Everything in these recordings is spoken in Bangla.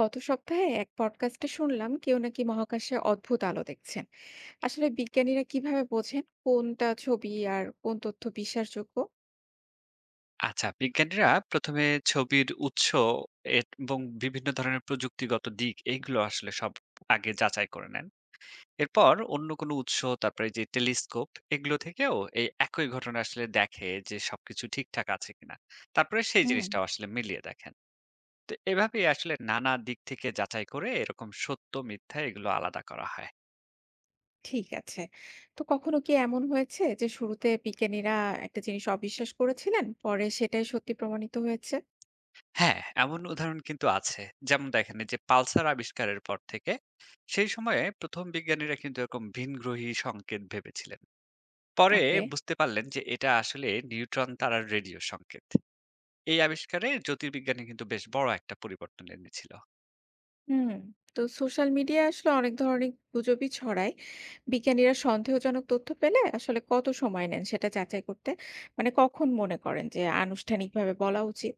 গত সপ্তাহে এক পডকাস্টে শুনলাম কেউ নাকি মহাকাশে অদ্ভুত আলো দেখছেন। আসলে বিজ্ঞানীরা কিভাবে বোঝেন কোনটা ছবি আর কোন তথ্য বিশ্বাসযোগ্য? আচ্ছা, বিজ্ঞানীরা ১ম এ ছবির উৎস এবং বিভিন্ন ধরনের প্রযুক্তিগত দিক এগুলো আসলে সব আগে যাচাই করে নেন। এরপর অন্য কোনো উৎস, তারপরে যে টেলিস্কোপ এগুলো থেকেও এই একই ঘটনা আসলে দেখে যে সবকিছু ঠিকঠাক আছে কিনা। তারপরে সেই হুম। জিনিসটাও আসলে মিলিয়ে দেখেন। তো এভাবেই আসলে নানা দিক থেকে যাচাই করে এরকম সত্য মিথ্যা এগুলো আলাদা করা হয়। ঠিক আছে। তো কখনো কি এমন হয়েছে যে শুরুতে বিজ্ঞানীরা একটা জিনিস অবিশ্বাস করেছিলেন পরে সেটাই সত্যি প্রমাণিত হয়েছে? হ্যাঁ, এমন উদাহরণ কিন্তু আছে। যেমন দেখেন, এই যে পালসার আবিষ্কারের পর থেকে সেই সময়ে ১ম বিজ্ঞানীরা কিন্তু এরকম ভিনগ্রহী সংকেত ভেবেছিলেন। পরে ওকে। বুঝতে পারলেন যে এটা আসলে নিউট্রন তারার রেডিও সংকেত। এই আবিষ্কারে জ্যোতির্বিজ্ঞানী কিন্তু বেশ বড় একটা পরিবর্তন এনেছিল। হুম। তো সোশ্যাল মিডিয়া আসলে অনেক ধরনের গুজবই ছড়ায়। বিজ্ঞানীরা সন্দেহজনক তথ্য পেলে আসলে কত সময় নেন সেটা যাচাই করতে? মানে কখন মনে করেন যে আনুষ্ঠানিকভাবে বলা উচিত?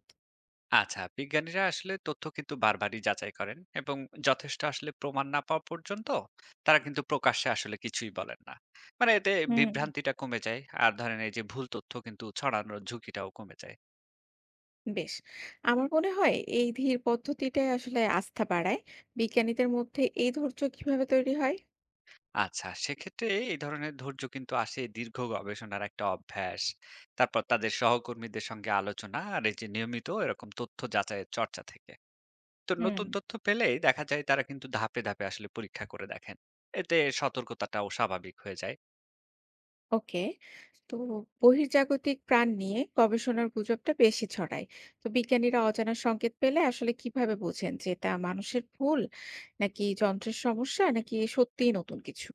আচ্ছা, বিজ্ঞানীরা আসলে তথ্য কিন্তু বারবারই যাচাই করেন, এবং যথেষ্ট আসলে প্রমাণ না পাওয়া পর্যন্ত তারা কিন্তু প্রকাশ্যে আসলে কিছুই বলেন না। মানে এতে হুম। বিভ্রান্তিটা কমে যায়। আর ধরেন এই যে ভুল তথ্য কিন্তু ছড়ানোর ঝুঁকিটাও কমে যায়। বেশ। আমার মনে হয় এই ধীর পদ্ধতিটাই আসলে আস্থা বাড়ায়। বিজ্ঞানীদের মধ্যে এই ধৈর্য কিভাবে তৈরি হয়? আচ্ছা, সেক্ষেত্রে এই ধরনের ধৈর্য কিন্তু আসে দীর্ঘ গবেষণার একটা অভ্যাস। তারপর তাদের সহকর্মীদের সঙ্গে আলোচনা, আর এই যে নিয়মিত এরকম তথ্য যাচাইয়ের চর্চা থেকে। তো হুম। নতুন তথ্য পেলেই দেখা যায় তারা কিন্তু ধাপে, ধাপে আসলে পরীক্ষা করে দেখেন। এতে সতর্কতাটাও স্বাভাবিক হয়ে যায়। ওকে। তো বহির্জাগতিক প্রাণ নিয়ে গবেষণার গুজবটা বেশি ছড়ায়। তো বিজ্ঞানীরা অজানা সংকেত পেলে আসলে কিভাবে বোঝেন যে এটা মানুষের ভুল নাকি যন্ত্রের সমস্যা নাকি সত্যিই নতুন কিছু?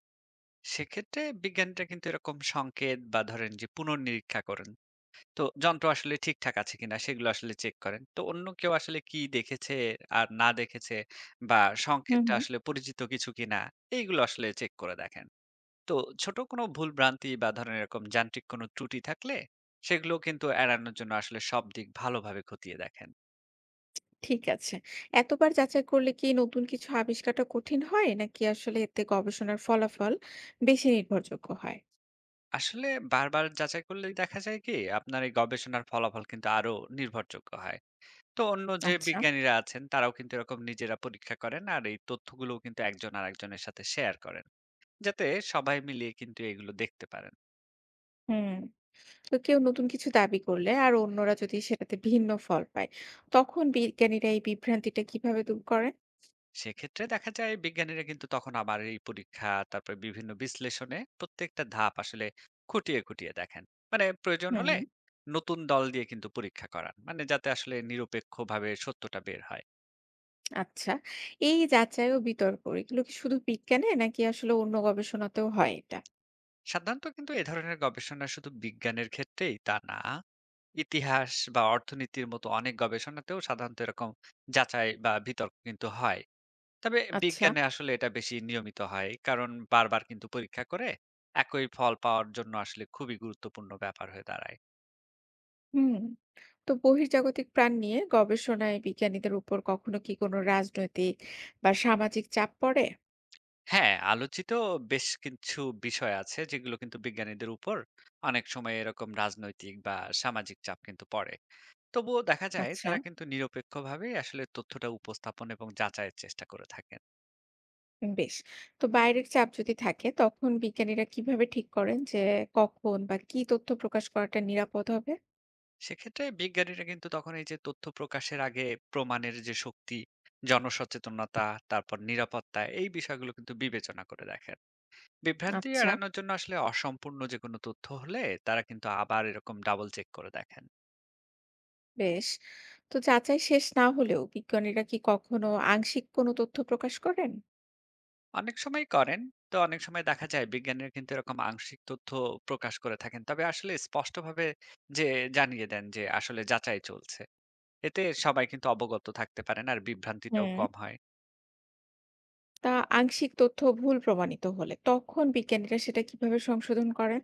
সেক্ষেত্রে বিজ্ঞানীরা কিন্তু এরকম সংকেত বা ধরেন যে পুনর্নিরীক্ষা করেন। তো যন্ত্র আসলে ঠিকঠাক আছে কিনা সেগুলো আসলে চেক করেন। তো অন্য কেউ আসলে কি দেখেছে আর না দেখেছে, বা হুম সংকেতটা হুম। আসলে পরিচিত কিছু কিনা, এইগুলো আসলে চেক করে দেখেন। তো ছোট কোনো ভুলভ্রান্তি বা ধরেন এরকম যান্ত্রিক কোনো ত্রুটি থাকলে সেগুলো কিন্তু এড়ানোর জন্য আসলে সব দিক ভালোভাবে খতিয়ে দেখেন। ঠিক আছে। এতবার যাচাই করলে কি নতুন কিছু আবিষ্কারটা কঠিন হয় নাকি আসলে এতে গবেষণার ফলাফল বেশি নির্ভরযোগ্য হয়? আসলে বারবার যাচাই করলেই দেখা যায় কি, আপনার এই গবেষণার ফলাফল কিন্তু আরো নির্ভরযোগ্য হয়। তো অন্য যে আচ্ছা। বিজ্ঞানীরা আছেন তারাও কিন্তু এরকম নিজেরা পরীক্ষা করেন, আর এই তথ্যগুলোও কিন্তু একজন আরেকজনের সাথে শেয়ার করেন। যাতে সবাই মিলিয়ে কিন্তু এগুলো দেখতে পারেন। হুম। তো কেউ নতুন কিছু দাবি করলে আর অন্যরা যদি সেটাতে ভিন্ন ফল পায় তখন বিজ্ঞানীরা এই বিভ্রান্তিটা কিভাবে দূর করেন? সেক্ষেত্রে দেখা যায় বিজ্ঞানীরা কিন্তু তখন আবার এই পরীক্ষা, তারপর বিভিন্ন বিশ্লেষণে প্রত্যেকটা ধাপ আসলে খুঁটিয়ে খুঁটিয়ে দেখেন। মানে প্রয়োজন হুম। হলে নতুন দল দিয়ে কিন্তু পরীক্ষা করান, মানে যাতে আসলে নিরপেক্ষভাবে সত্যটা বের হয়। আচ্ছা। এই যাচাই ও বিতর্ক এগুলো কি শুধু বিজ্ঞানে নাকি আসলে অন্য গবেষণাতেও হয় এটা? সাধারণত কিন্তু এ ধরনের গবেষণা শুধু বিজ্ঞানের ক্ষেত্রেই তা না, ইতিহাস বা অর্থনীতির মতো অনেক গবেষণাতেও সাধারণত এরকম যাচাই বা বিতর্ক কিন্তু হয়। তবে আচ্ছা। বিজ্ঞানে আসলে এটা বেশি নিয়মিত হয়। কারণ বারবার কিন্তু পরীক্ষা করে একই ফল পাওয়ার জন্য আসলে খুবই গুরুত্বপূর্ণ ব্যাপার হয়ে দাঁড়ায়। হুম। তো বহির্জাগতিক প্রাণ নিয়ে গবেষণায় বিজ্ঞানীদের উপর কখনো কি কোনো রাজনৈতিক বা সামাজিক চাপ পড়ে? হ্যাঁ, আলোচিত বেশ কিছু বিষয় আছে যেগুলো কিন্তু বিজ্ঞানীদের উপর অনেক সময় এরকম রাজনৈতিক বা সামাজিক চাপ কিন্তু পড়ে। তবুও দেখা যায় আচ্ছা। তারা কিন্তু নিরপেক্ষভাবেই আসলে তথ্যটা উপস্থাপন এবং যাচাইয়ের চেষ্টা করে থাকেন। বেশ। তো বাইরের চাপ যদি থাকে তখন বিজ্ঞানীরা কিভাবে ঠিক করেন যে কখন বা কি তথ্য প্রকাশ করাটা নিরাপদ হবে? সেক্ষেত্রে বিজ্ঞানীরা কিন্তু তখন এই যে তথ্য প্রকাশের আগে প্রমাণের যে শক্তি, জনসচেতনতা, তারপর নিরাপত্তা, এই বিষয়গুলো কিন্তু বিবেচনা করে দেখেন। বিভ্রান্তি আচ্ছা, এড়ানোর জন্য আসলে অসম্পূর্ণ যে কোনো তথ্য হলে তারা কিন্তু আবার এরকম ডাবল চেক করে দেখেন। বেশ। তো যাচাই শেষ না হলেও বিজ্ঞানীরা কি কখনো আংশিক কোনো তথ্য প্রকাশ করেন? অনেক সময় করেন। তো অনেক সময় দেখা যায় বিজ্ঞানীরা কিন্তু এরকম আংশিক তথ্য প্রকাশ করে থাকেন, তবে আসলে স্পষ্টভাবে যে জানিয়ে দেন যে আসলে যাচাই চলছে। এতে সবাই কিন্তু অবগত থাকতে পারেন, আর বিভ্রান্তিটাও হুম। কম হয়। তা আংশিক তথ্য ভুল প্রমাণিত হলে তখন বিজ্ঞানীরা সেটা কিভাবে সংশোধন করেন?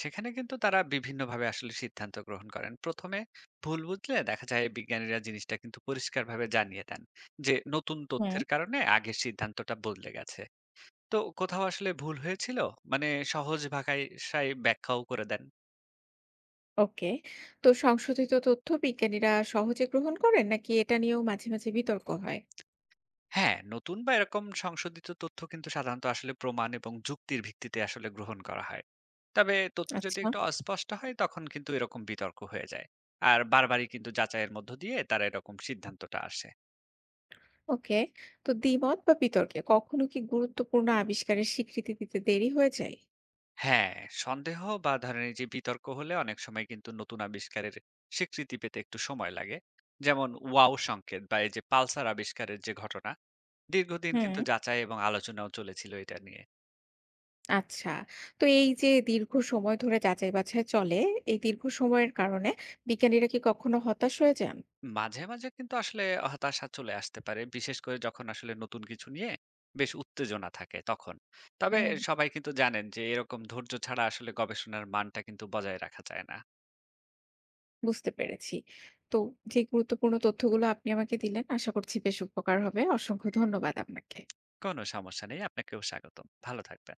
সেখানে কিন্তু তারা বিভিন্নভাবে আসলে সিদ্ধান্ত গ্রহণ করেন। ১ম এ ভুল বুঝলে দেখা যায় বিজ্ঞানীরা জিনিসটা কিন্তু পরিষ্কারভাবে জানিয়ে দেন যে নতুন হুম। তথ্যের কারণে আগের সিদ্ধান্তটা বদলে গেছে। তো কোথাও আসলে ভুল হয়েছিল? মানে সহজ ভাকায় সায় ব্যাখ্যাও করে দেন। ওকে। তো সংশোধিত তথ্য বিজ্ঞানীরা সহজে গ্রহণ করেন নাকি এটা নিয়েও মাঝে মাঝে বিতর্ক হয়? হ্যাঁ, নতুন বা এরকম সংশোধিত তথ্য কিন্তু সাধারণত আসলে প্রমাণ এবং যুক্তির ভিত্তিতে আসলে গ্রহণ করা হয়। তবে তথ্য যদি আচ্ছা। একটু অস্পষ্ট হয় তখন কিন্তু এরকম বিতর্ক হয়ে যায়। আর বারবারই কিন্তু যাচাইয়ের মধ্য দিয়ে তারা এরকম সিদ্ধান্তটা আসে। ওকে। তো দ্বিমত বা বিতর্কে কখনো কি গুরুত্বপূর্ণ আবিষ্কারের স্বীকৃতি দিতে দেরি হয়ে যায়? হ্যাঁ, সন্দেহ বা ধরেন এই যে বিতর্ক হলে অনেক সময় কিন্তু নতুন আবিষ্কারের স্বীকৃতি পেতে একটু সময় লাগে। যেমন ওয়াও সংকেত বা এই যে পালসার আবিষ্কারের যে ঘটনা, দীর্ঘদিন হুম। কিন্তু যাচাই এবং আলোচনাও চলেছিল এটা নিয়ে। আচ্ছা। তো এই যে দীর্ঘ সময় ধরে যাচাই-বাছাই চলে, এই দীর্ঘ সময়ের কারণে বিজ্ঞানীরা কি কখনো হতাশ হয়ে যান? মাঝে, মাঝে কিন্তু আসলে হতাশা চলে আসতে পারে, বিশেষ করে যখন আসলে নতুন কিছু নিয়ে বেশ উত্তেজনা থাকে তখন। তবে হুম। সবাই কিন্তু জানেন যে এরকম ধৈর্য ছাড়া আসলে গবেষণার মানটা কিন্তু বজায় রাখা যায় না। বুঝতে পেরেছি। তো যে গুরুত্বপূর্ণ তথ্যগুলো আপনি আমাকে দিলেন আশা করছি বেশ উপকার হবে। অসংখ্য ধন্যবাদ আপনাকে। কোনো সমস্যা নেই, আপনাকেও স্বাগতম। ভালো থাকবেন।